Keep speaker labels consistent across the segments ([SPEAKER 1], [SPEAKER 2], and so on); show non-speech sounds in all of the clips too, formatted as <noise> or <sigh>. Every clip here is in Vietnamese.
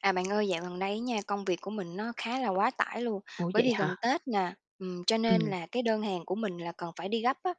[SPEAKER 1] À, bạn ơi, dạo gần đây nha, công việc của mình nó khá là quá tải luôn,
[SPEAKER 2] Ủa,
[SPEAKER 1] bởi
[SPEAKER 2] vậy
[SPEAKER 1] vì
[SPEAKER 2] hả?
[SPEAKER 1] gần Tết nè, cho nên
[SPEAKER 2] Ừm,
[SPEAKER 1] là cái đơn hàng của mình là cần phải đi gấp á,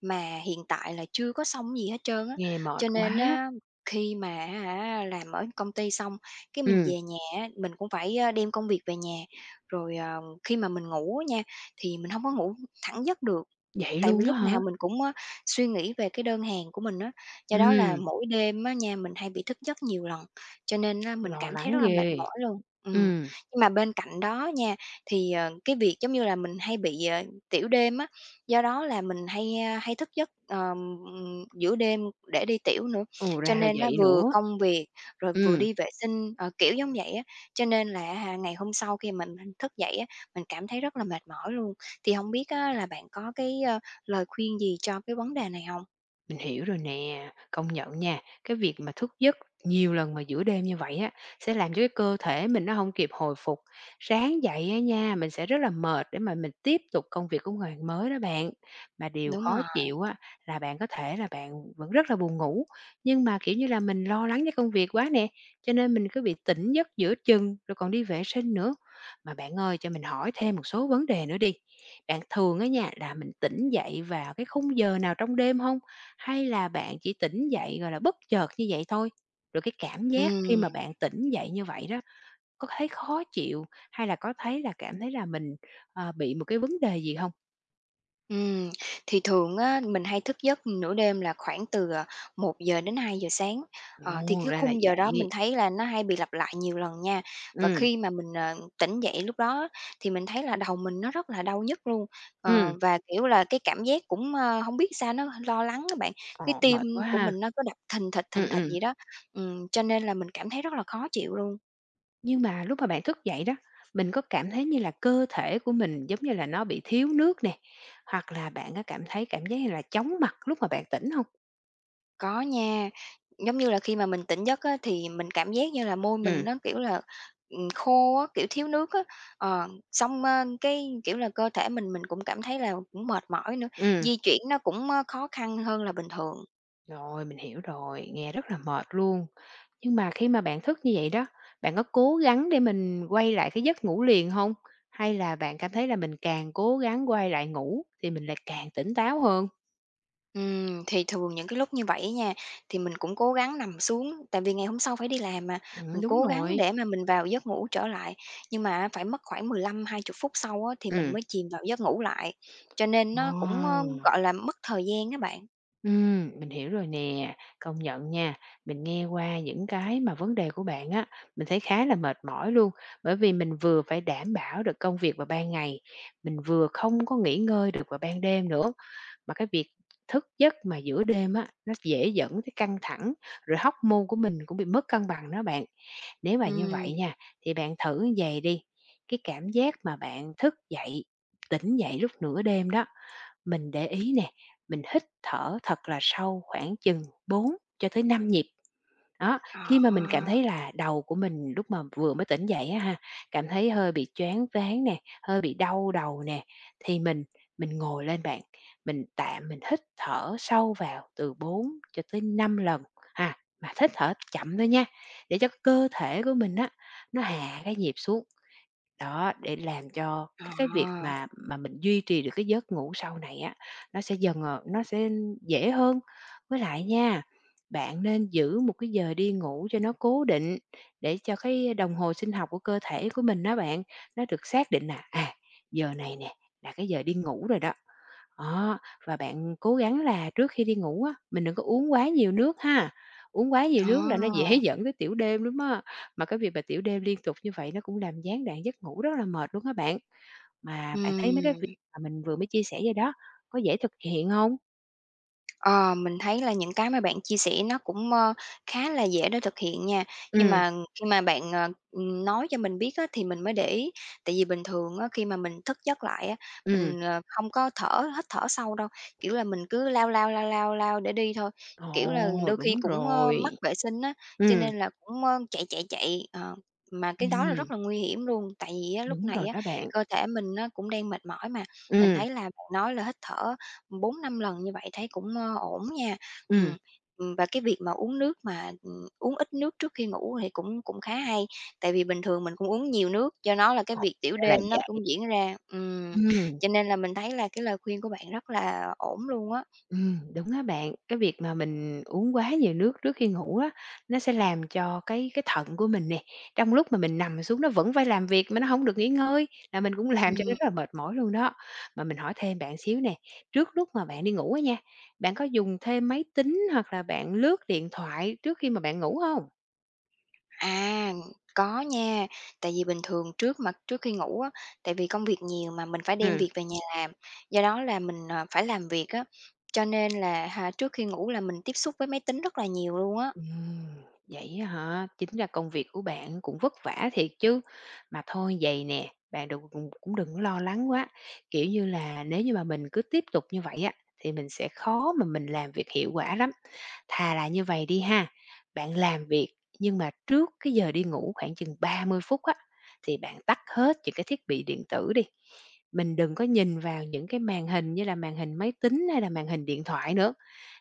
[SPEAKER 1] mà hiện tại là chưa có xong gì hết trơn á.
[SPEAKER 2] Nghe mệt
[SPEAKER 1] Cho nên
[SPEAKER 2] quá.
[SPEAKER 1] á, khi mà hả, làm ở công ty xong, cái mình
[SPEAKER 2] Ừm,
[SPEAKER 1] về nhà á, mình cũng phải, đem công việc về nhà, rồi, khi mà mình ngủ á nha, thì mình không có ngủ thẳng giấc được,
[SPEAKER 2] Vậy
[SPEAKER 1] tại vì
[SPEAKER 2] luôn á
[SPEAKER 1] lúc
[SPEAKER 2] hả?
[SPEAKER 1] nào mình cũng, á, suy nghĩ về cái đơn hàng của mình á, do đó là
[SPEAKER 2] Ừm,
[SPEAKER 1] mỗi đêm á nha, mình hay bị thức giấc nhiều lần. Cho nên á mình
[SPEAKER 2] Lo
[SPEAKER 1] cảm thấy
[SPEAKER 2] lắng
[SPEAKER 1] rất là mệt
[SPEAKER 2] ghê.
[SPEAKER 1] mỏi luôn.
[SPEAKER 2] Ừm,
[SPEAKER 1] Nhưng mà bên cạnh đó nha, thì, cái việc giống như là mình hay bị, tiểu đêm á, do đó là mình hay, hay thức giấc, giữa đêm để đi tiểu nữa.
[SPEAKER 2] ừ, Ồ
[SPEAKER 1] Cho
[SPEAKER 2] ra là
[SPEAKER 1] nên á
[SPEAKER 2] vậy
[SPEAKER 1] vừa
[SPEAKER 2] nữa.
[SPEAKER 1] công việc rồi vừa
[SPEAKER 2] Ừm.
[SPEAKER 1] đi vệ sinh, kiểu giống vậy á, cho nên là á ngày hôm sau khi mình thức dậy á, mình cảm thấy rất là mệt mỏi luôn. Thì không biết á là bạn có cái, lời khuyên gì cho cái vấn đề này không?
[SPEAKER 2] Mình hiểu rồi nè, công nhận nha, cái việc mà thức giấc nhiều lần mà giữa đêm như vậy á, sẽ làm cho cái cơ thể mình nó không kịp hồi phục. Sáng dậy á nha, mình sẽ rất là mệt để mà mình tiếp tục công việc của ngày mới đó bạn. Mà điều
[SPEAKER 1] Đúng
[SPEAKER 2] khó
[SPEAKER 1] rồi,
[SPEAKER 2] chịu á, là bạn có thể là bạn vẫn rất là buồn ngủ, nhưng mà, kiểu như là, mình lo lắng cho công việc quá nè, cho nên mình cứ bị tỉnh giấc giữa chừng, rồi còn đi vệ sinh nữa. Mà bạn ơi, cho mình hỏi thêm một số vấn đề nữa đi, bạn thường á nha, là mình tỉnh dậy vào cái khung giờ nào trong đêm không, hay là bạn chỉ tỉnh dậy, gọi là, bất chợt như vậy thôi? Rồi cái cảm giác khi
[SPEAKER 1] ừm.
[SPEAKER 2] mà bạn tỉnh dậy như vậy đó, có thấy khó chịu hay là có thấy là cảm thấy là mình, bị một cái vấn đề gì không?
[SPEAKER 1] Ừm, thì thường á, mình hay thức giấc nửa đêm là khoảng từ, 1 giờ đến 2 giờ sáng, thì
[SPEAKER 2] Ồ,
[SPEAKER 1] cái
[SPEAKER 2] ra là
[SPEAKER 1] khung giờ đó
[SPEAKER 2] vậy.
[SPEAKER 1] mình thấy là nó hay bị lặp lại nhiều lần nha. Và
[SPEAKER 2] Ừm,
[SPEAKER 1] khi mà mình, tỉnh dậy lúc đó thì mình thấy là đầu mình nó rất là đau nhức luôn,
[SPEAKER 2] ừm,
[SPEAKER 1] ờ, và, kiểu là, cái cảm giác cũng, hông biết sao nó lo lắng các bạn, cái
[SPEAKER 2] ồ,
[SPEAKER 1] tim
[SPEAKER 2] mệt quá
[SPEAKER 1] của
[SPEAKER 2] ha.
[SPEAKER 1] mình nó cứ đập
[SPEAKER 2] Ừm,
[SPEAKER 1] thình thịch
[SPEAKER 2] ừm.
[SPEAKER 1] gì đó, cho nên là mình cảm thấy rất là khó chịu luôn.
[SPEAKER 2] Nhưng mà lúc mà bạn thức dậy đó, mình có cảm thấy như là cơ thể của mình giống như là nó bị thiếu nước nè, hoặc là bạn có cảm thấy cảm giác như là chóng mặt lúc mà bạn tỉnh không?
[SPEAKER 1] Có nha, giống như là khi mà mình tỉnh giấc á, thì mình cảm giác như là môi
[SPEAKER 2] Ừm,
[SPEAKER 1] mình nó, kiểu là, khô á, kiểu, thiếu nước á. Ờ, xong, cái, kiểu là, cơ thể mình cũng cảm thấy là cũng mệt mỏi nữa,
[SPEAKER 2] ừm,
[SPEAKER 1] di chuyển nó cũng, khó khăn hơn là bình thường.
[SPEAKER 2] rồi, mình hiểu rồi, nghe rất là mệt luôn. Nhưng mà khi mà bạn thức như vậy đó, bạn có cố gắng để mình quay lại cái giấc ngủ liền hông? Hay là bạn cảm thấy là mình càng cố gắng quay lại ngủ thì mình lại càng tỉnh táo hơn?
[SPEAKER 1] Thì thường những cái lúc như vậy nha, thì mình cũng cố gắng nằm xuống, tại vì ngày hôm sau phải đi làm mà, mình
[SPEAKER 2] Đúng
[SPEAKER 1] cố gắng
[SPEAKER 2] rồi.
[SPEAKER 1] để mà mình vào giấc ngủ trở lại, nhưng mà phải mất khoảng 15 20 phút sau á, thì mình
[SPEAKER 2] Ừm.
[SPEAKER 1] mới chìm vào giấc ngủ lại, cho nên nó cũng,
[SPEAKER 2] Ờ,
[SPEAKER 1] gọi là, mất thời gian các bạn.
[SPEAKER 2] mình hiểu rồi nè. Công nhận nha, mình nghe qua những cái mà vấn đề của bạn á, mình thấy khá là mệt mỏi luôn, bởi vì mình vừa phải đảm bảo được công việc vào ban ngày, mình vừa không có nghỉ ngơi được vào ban đêm nữa. Mà cái việc thức giấc mà giữa đêm á, nó dễ dẫn tới căng thẳng, rồi hormone của mình cũng bị mất cân bằng đó bạn. Nếu mà như
[SPEAKER 1] Ừm,
[SPEAKER 2] vậy nha, thì bạn thử như vầy đi, cái cảm giác mà bạn thức dậy, tỉnh dậy lúc nửa đêm đó, mình để ý nè, mình hít thở thật là sâu khoảng chừng 4 cho tới 5 nhịp. Đó,
[SPEAKER 1] à,
[SPEAKER 2] khi mà mình cảm thấy là đầu của mình lúc mà vừa mới tỉnh dậy á ha, cảm thấy hơi bị choáng váng nè, hơi bị đau đầu nè, thì mình ngồi lên bạn, mình tạm mình hít thở sâu vào từ 4 cho tới 5 lần ha, mà hít thở chậm thôi nha, để cho cơ thể của mình á, nó hạ cái nhịp xuống. Đó, để làm cho cái việc
[SPEAKER 1] à,
[SPEAKER 2] mà mình duy trì được cái giấc ngủ sau này á, nó sẽ dần, nó sẽ dễ hơn. Với lại nha, bạn nên giữ một cái giờ đi ngủ cho nó cố định để cho cái đồng hồ sinh học của cơ thể của mình đó bạn, nó được xác định là, à, giờ này nè là cái giờ đi ngủ rồi đó. Đó, và bạn cố gắng là trước khi đi ngủ á, mình đừng có uống quá nhiều nước ha. Uống quá nhiều nước là nó dễ
[SPEAKER 1] à.
[SPEAKER 2] <laughs> dẫn tới tiểu đêm lắm á. Mà cái việc mà tiểu đêm liên tục như vậy nó cũng làm gián đoạn giấc ngủ rất là mệt luôn các bạn. Mà bạn thấy mấy cái việc
[SPEAKER 1] Ừm.
[SPEAKER 2] mà mình vừa mới chia sẻ vậy đó, có dễ thực hiện không?
[SPEAKER 1] Ờ, mình thấy là những cái mà bạn chia sẻ nó cũng, khá là dễ để thực hiện nha, nhưng
[SPEAKER 2] Ừm,
[SPEAKER 1] mà khi mà bạn, nói cho mình biết á thì mình mới để ý. Tại vì bình thường á khi mà mình thức giấc lại á,
[SPEAKER 2] ừm.
[SPEAKER 1] mình, không có thở hít thở sâu đâu, kiểu là, mình cứ lao lao, lao lao, lao để đi thôi, kiểu là,
[SPEAKER 2] Ồ,
[SPEAKER 1] đôi khi
[SPEAKER 2] đúng
[SPEAKER 1] cũng,
[SPEAKER 2] rồi.
[SPEAKER 1] mắc vệ sinh á, cho
[SPEAKER 2] Ừm,
[SPEAKER 1] nên là cũng, chạy, mà cái đó là
[SPEAKER 2] ừm,
[SPEAKER 1] rất là nguy hiểm luôn. Tại vì á lúc
[SPEAKER 2] đúng rồi
[SPEAKER 1] này á
[SPEAKER 2] đó bạn.
[SPEAKER 1] cơ thể mình nó cũng đang mệt mỏi mà, mình
[SPEAKER 2] Ừm,
[SPEAKER 1] thấy là bạn nói là hít thở bốn năm lần như vậy thấy cũng, ổn nha.
[SPEAKER 2] ừm.
[SPEAKER 1] Ừm, và cái việc mà uống nước mà, uống ít nước trước khi ngủ thì cũng cũng khá hay, tại vì bình thường mình cũng uống nhiều nước, do nó là cái
[SPEAKER 2] Ồ,
[SPEAKER 1] việc tiểu
[SPEAKER 2] ra là
[SPEAKER 1] đêm nó
[SPEAKER 2] vậy.
[SPEAKER 1] cũng diễn ra.
[SPEAKER 2] Ừm.
[SPEAKER 1] Cho nên là mình thấy là cái lời khuyên của bạn rất là ổn luôn á.
[SPEAKER 2] Đúng á bạn. Cái việc mà mình uống quá nhiều nước trước khi ngủ á, nó sẽ làm cho cái thận của mình nè, trong lúc mà mình nằm xuống nó vẫn phải làm việc mà nó hổng được nghỉ ngơi, là mình cũng <laughs> làm cho nó
[SPEAKER 1] Ừm,
[SPEAKER 2] rất là mệt mỏi luôn đó. Mà mình hỏi thêm bạn xíu nè, trước lúc mà bạn đi ngủ á nha, bạn có dùng thêm máy tính hoặc là bạn lướt điện thoại trước khi mà bạn ngủ hông?
[SPEAKER 1] à, có nha, tại vì bình thường trước khi ngủ á, tại vì công việc nhiều mà mình phải đem
[SPEAKER 2] Ừm.
[SPEAKER 1] việc về nhà làm, do đó là mình, phải làm việc á, cho nên là ha, trước khi ngủ là mình tiếp xúc với máy tính rất là nhiều luôn á.
[SPEAKER 2] Ừm, vậy á hả? Chính ra công việc của bạn cũng vất vả thiệt chứ. Mà thôi vậy nè, bạn đừng cũng cũng đừng có lo lắng quá. Kiểu như là, nếu như mà mình cứ tiếp tục như vậy á, thì mình sẽ khó mà mình làm việc hiệu quả lắm. Thà là như vậy đi ha, bạn làm việc nhưng mà trước cái giờ đi ngủ khoảng chừng 30 phút á, thì bạn tắt hết những cái thiết bị điện tử đi. Mình đừng có nhìn vào những cái màn hình như là màn hình máy tính hay là màn hình điện thoại nữa.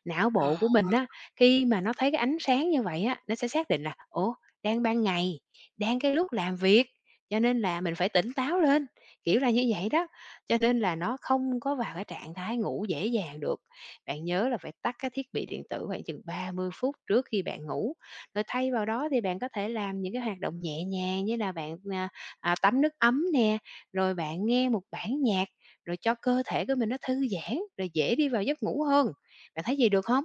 [SPEAKER 2] Não
[SPEAKER 1] Ờ.
[SPEAKER 2] bộ của mình á, khi mà nó thấy cái ánh sáng như vậy á, nó sẽ xác định là "Ủa, đang ban ngày, đang cái lúc làm việc, cho nên là mình phải tỉnh táo lên", kiểu là như vậy đó. Cho nên là nó không có vào cái trạng thái ngủ dễ dàng được. Bạn nhớ là phải tắt các thiết bị điện tử khoảng chừng 30 phút trước khi bạn ngủ, rồi thay vào đó thì bạn có thể làm những cái hoạt động nhẹ nhàng như là bạn, tắm nước ấm nè, rồi bạn nghe một bản nhạc, rồi cho cơ thể của mình nó thư giãn, rồi dễ đi vào giấc ngủ hơn. Bạn thấy gì được không?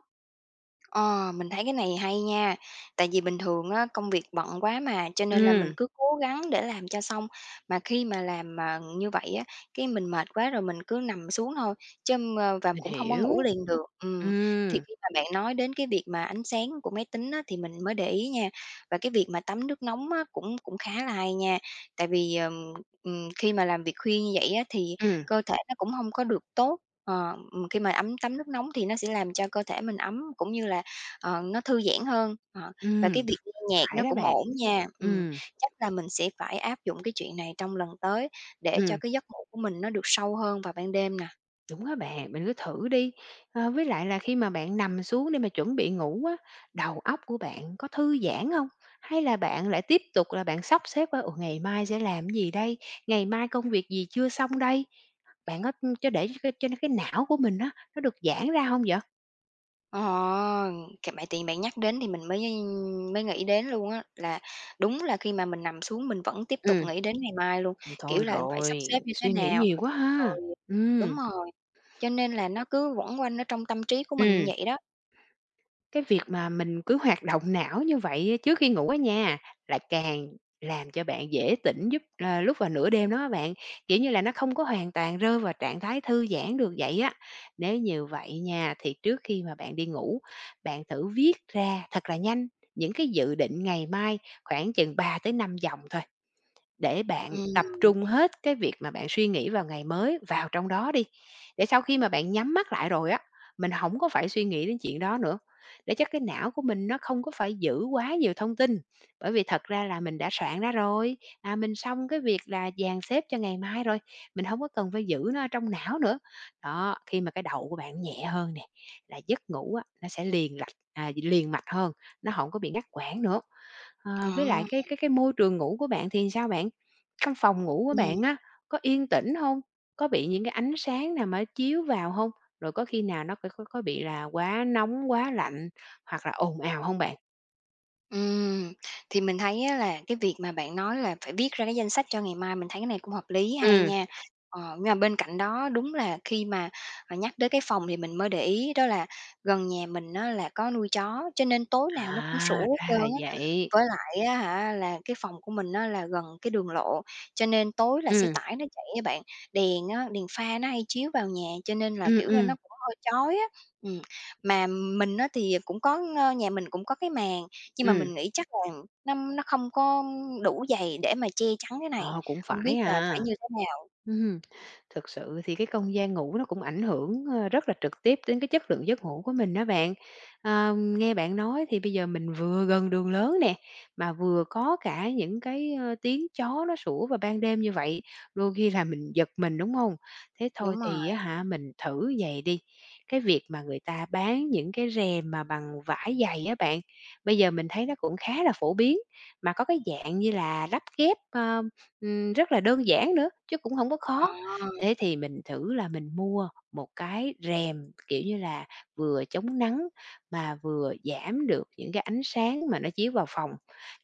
[SPEAKER 1] Ờ, mình thấy cái này hay nha. Tại vì bình thường á, công việc bận quá mà, cho nên là mình
[SPEAKER 2] Ừm,
[SPEAKER 1] cứ cố gắng để làm cho xong. Mà khi mà làm mà như vậy á, cái mình mệt quá rồi mình cứ nằm xuống thôi, chứ, và
[SPEAKER 2] mình
[SPEAKER 1] cũng không có
[SPEAKER 2] hiểu.
[SPEAKER 1] ngủ liền được. Thì
[SPEAKER 2] Ừm,
[SPEAKER 1] khi mà bạn nói đến cái việc mà ánh sáng của máy tính á, thì mình mới để ý nha. Và cái việc mà tắm nước nóng á, cũng cũng khá là hay nha. Tại vì, khi mà làm việc khuya như vậy á, thì
[SPEAKER 2] ừm,
[SPEAKER 1] cơ thể nó cũng không có được tốt. Ờ, khi mà ấm tắm nước nóng thì nó sẽ làm cho cơ thể mình ấm, cũng như là Ờ, nó thư giãn hơn, và
[SPEAKER 2] ừm,
[SPEAKER 1] cái việc nghe nhạc
[SPEAKER 2] phải
[SPEAKER 1] nó
[SPEAKER 2] đó
[SPEAKER 1] cũng
[SPEAKER 2] bạn.
[SPEAKER 1] ổn nha.
[SPEAKER 2] Ừm,
[SPEAKER 1] Chắc là mình sẽ phải áp dụng cái chuyện này trong lần tới để cho
[SPEAKER 2] ừm.
[SPEAKER 1] cái giấc ngủ của mình nó được sâu hơn vào ban đêm nè.
[SPEAKER 2] Đúng á bạn, mình cứ thử đi. Ờ, với lại là khi mà bạn nằm xuống để mà chuẩn bị ngủ á, đầu óc của bạn có thư giãn không? Hay là bạn lại tiếp tục là bạn sắp xếp qua, ừ, ngày mai sẽ làm gì đây? Ngày mai công việc gì chưa xong đây? Bạn có cho để cho cái não của mình á, nó được giãn ra không vậy?
[SPEAKER 1] Ờ, c bạn tiền bạn nhắc đến thì mình mới mới nghĩ đến luôn á, là đúng là khi mà mình nằm xuống mình vẫn tiếp tục
[SPEAKER 2] Ừm,
[SPEAKER 1] nghĩ đến ngày mai luôn, kiểu
[SPEAKER 2] thôi
[SPEAKER 1] là, phải sắp
[SPEAKER 2] rồi,
[SPEAKER 1] xếp như thế
[SPEAKER 2] suy nghĩ
[SPEAKER 1] nào,
[SPEAKER 2] nhiều quá ha.
[SPEAKER 1] rồi
[SPEAKER 2] Ừm,
[SPEAKER 1] đúng rồi, cho nên là nó cứ quẩn quanh ở trong tâm trí của mình
[SPEAKER 2] ừ
[SPEAKER 1] như vậy đó.
[SPEAKER 2] Cái việc mà mình cứ hoạt động não như vậy á trước khi ngủ á nha, là càng làm cho bạn dễ tỉnh giúp là lúc vào nửa đêm đó á bạn, kiểu như là, nó không có hoàn toàn rơi vào trạng thái thư giãn được vậy á. Nếu như vậy nha, thì trước khi mà bạn đi ngủ, bạn thử viết ra thật là nhanh những cái dự định ngày mai khoảng chừng 3 tới 5 dòng thôi. Để bạn tập
[SPEAKER 1] Ừm,
[SPEAKER 2] trung hết cái việc mà bạn suy nghĩ vào ngày mới vào trong đó đi, để sau khi mà bạn nhắm mắt lại rồi á, mình không có phải suy nghĩ đến chuyện đó nữa, để cho cái não của mình nó không có phải giữ quá nhiều thông tin. Bởi vì thật ra là mình đã soạn ra rồi, à, mình xong cái việc là dàn xếp cho ngày mai rồi, mình không có cần phải giữ nó ở trong não nữa. Đó, khi mà cái đầu của bạn nhẹ hơn nè, là giấc ngủ á, nó sẽ liền lạch à, liền mạch hơn, nó không có bị ngắt quãng nữa.
[SPEAKER 1] ờ,
[SPEAKER 2] Ờ, với lại cái môi trường ngủ của bạn thì sao bạn? Trong phòng ngủ của
[SPEAKER 1] ừm.
[SPEAKER 2] bạn á, có yên tĩnh hông? Có bị những cái ánh sáng nào mà nó chiếu vào hông? Rồi có khi nào nó có bị là quá nóng, quá lạnh hoặc là ồn ào hông bạn?
[SPEAKER 1] Ừm, thì mình thấy á là cái việc mà bạn nói là phải viết ra cái danh sách cho ngày mai, mình thấy cái này cũng hợp lý, hay
[SPEAKER 2] Ừm,
[SPEAKER 1] nha. Ờ, nhưng mà bên cạnh đó đúng là khi mà, nhắc tới cái phòng thì mình mới để ý đó là gần nhà mình nó là có nuôi chó, cho nên tối nào nó cũng
[SPEAKER 2] à,
[SPEAKER 1] sủa hết
[SPEAKER 2] ra
[SPEAKER 1] trơn
[SPEAKER 2] là
[SPEAKER 1] á.
[SPEAKER 2] vậy.
[SPEAKER 1] Với lại á hả, là cái phòng của mình nó là gần cái đường lộ, cho nên tối là xe
[SPEAKER 2] Ừm,
[SPEAKER 1] tải nó chạy á bạn, đèn á, đèn pha nó hay chiếu vào nhà, cho nên là,
[SPEAKER 2] ừm,
[SPEAKER 1] kiểu là,
[SPEAKER 2] ừm,
[SPEAKER 1] nó cũng hơi chói á. Ừm, mà mình á thì cũng có, nhà mình cũng có cái màn, nhưng mà
[SPEAKER 2] ừm.
[SPEAKER 1] mình nghĩ chắc là nó không có đủ dày để mà che chắn cái này,
[SPEAKER 2] Ờ, cũng
[SPEAKER 1] hông biết
[SPEAKER 2] phải
[SPEAKER 1] là
[SPEAKER 2] à.
[SPEAKER 1] phải như thế nào?
[SPEAKER 2] Ừm, thực sự thì cái không gian ngủ nó cũng ảnh hưởng, rất là trực tiếp đến cái chất lượng giấc ngủ của mình đó bạn. Ờ, nghe bạn nói thì bây giờ mình vừa gần đường lớn nè, mà vừa có cả những cái, tiếng chó nó sủa vào ban đêm như vậy, đôi khi là mình giật mình, đúng không? Thế
[SPEAKER 1] Đúng
[SPEAKER 2] thôi thì á
[SPEAKER 1] rồi,
[SPEAKER 2] hả, mình thử vầy đi, cái việc mà người ta bán những cái rèm mà bằng vải dày á bạn, bây giờ mình thấy nó cũng khá là phổ biến, mà có cái dạng như là lắp ghép, rất là đơn giản nữa, chứ cũng không có khó.
[SPEAKER 1] ờ,
[SPEAKER 2] Thế thì mình thử là mình mua một cái rèm, kiểu như là, vừa chống nắng mà vừa giảm được những cái ánh sáng mà nó chiếu vào phòng.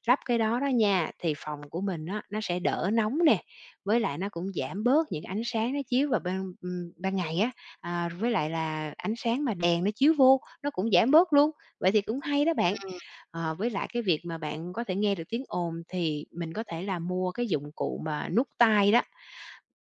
[SPEAKER 2] Lắp cái đó đó nha, thì phòng của mình á, nó sẽ đỡ nóng nè, với lại nó cũng giảm bớt những ánh sáng nó chiếu vào ban ban ngày á, à, với lại là ánh sáng mà đèn nó chiếu vô, nó cũng giảm bớt luôn. Vậy thì cũng hay đó bạn.
[SPEAKER 1] ừm,
[SPEAKER 2] Ờ, với lại cái việc mà bạn có thể nghe được tiếng ồn thì mình có thể là mua cái dụng cụ mà nút tai đó.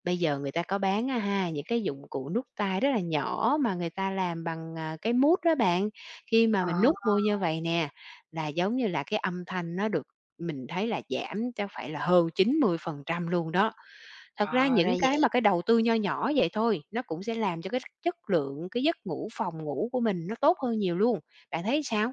[SPEAKER 2] Bây giờ người ta có bán á ha, những cái dụng cụ nút tai rất là nhỏ mà người ta làm bằng, à, cái mút đó bạn. Khi mà
[SPEAKER 1] ờ,
[SPEAKER 2] mình nút vô như vậy nè, là giống như là cái âm thanh nó được mình thấy là giảm cho phải là hơn 90% luôn đó. Thật ra
[SPEAKER 1] ờ, ra
[SPEAKER 2] những cái mà
[SPEAKER 1] vậy.
[SPEAKER 2] cái đầu tư nho nhỏ vậy thôi, nó cũng sẽ làm cho cái chất lượng cái giấc ngủ, phòng ngủ của mình nó tốt hơn nhiều luôn. Bạn thấy sao?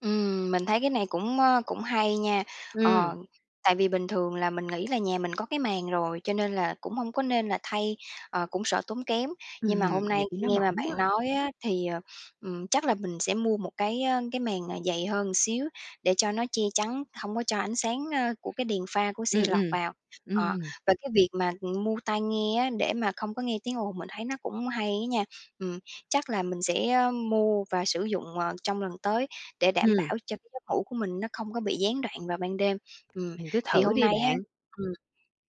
[SPEAKER 1] Mình thấy cái này cũng, cũng hay nha.
[SPEAKER 2] ừ
[SPEAKER 1] Ờ, tại vì bình thường là mình nghĩ là nhà mình có cái màn rồi, cho nên là cũng không có nên là thay, cũng sợ tốn kém. Nhưng mà hôm
[SPEAKER 2] Nhiều
[SPEAKER 1] nay
[SPEAKER 2] khi
[SPEAKER 1] khi
[SPEAKER 2] nó
[SPEAKER 1] nghe mà
[SPEAKER 2] mỏng
[SPEAKER 1] bạn
[SPEAKER 2] á.
[SPEAKER 1] nói á, thì, chắc là mình sẽ mua một cái, cái màn, dày hơn xíu để cho nó che chắn, không có cho ánh sáng, của cái đèn pha của xe
[SPEAKER 2] Ừm,
[SPEAKER 1] lọt
[SPEAKER 2] ừm.
[SPEAKER 1] vào. Ờ,
[SPEAKER 2] Ừm,
[SPEAKER 1] và cái việc mà, mua tai nghe á, để mà không có nghe tiếng ồn mình thấy nó cũng hay á nha. Ừm, chắc là mình sẽ, mua và sử dụng, trong lần tới. Để đảm
[SPEAKER 2] ừm,
[SPEAKER 1] bảo cho cái giấc ngủ của mình nó không có bị gián đoạn vào ban đêm. Ừm,
[SPEAKER 2] mình cứ
[SPEAKER 1] thì
[SPEAKER 2] thử
[SPEAKER 1] hôm
[SPEAKER 2] đi
[SPEAKER 1] nay á
[SPEAKER 2] bạn.
[SPEAKER 1] ừm,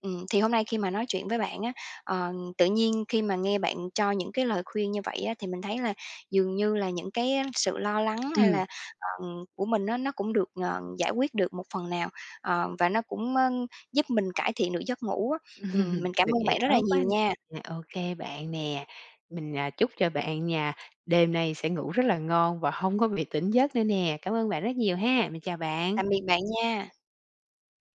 [SPEAKER 1] thì hôm nay khi mà nói chuyện với bạn á, ờ, tự nhiên khi mà nghe bạn cho những cái lời khuyên như vậy á, thì mình thấy là dường như là những cái sự lo lắng hay
[SPEAKER 2] Ừm,
[SPEAKER 1] là, ờ, của mình á, nó cũng được, giải quyết được một phần nào, và nó cũng, giúp mình cải thiện được giấc ngủ á. Mình
[SPEAKER 2] <laughs>
[SPEAKER 1] cảm
[SPEAKER 2] được
[SPEAKER 1] ơn
[SPEAKER 2] vậy
[SPEAKER 1] bạn rất là
[SPEAKER 2] tốt quá
[SPEAKER 1] nhiều
[SPEAKER 2] nè.
[SPEAKER 1] nha.
[SPEAKER 2] À, Ô kê bạn nè, mình, à, chúc cho bạn nha, đêm nay sẽ ngủ rất là ngon và hông có bị tỉnh giấc nữa nè. Cảm ơn bạn rất nhiều ha. Mình chào bạn.
[SPEAKER 1] Tạm biệt bạn nha.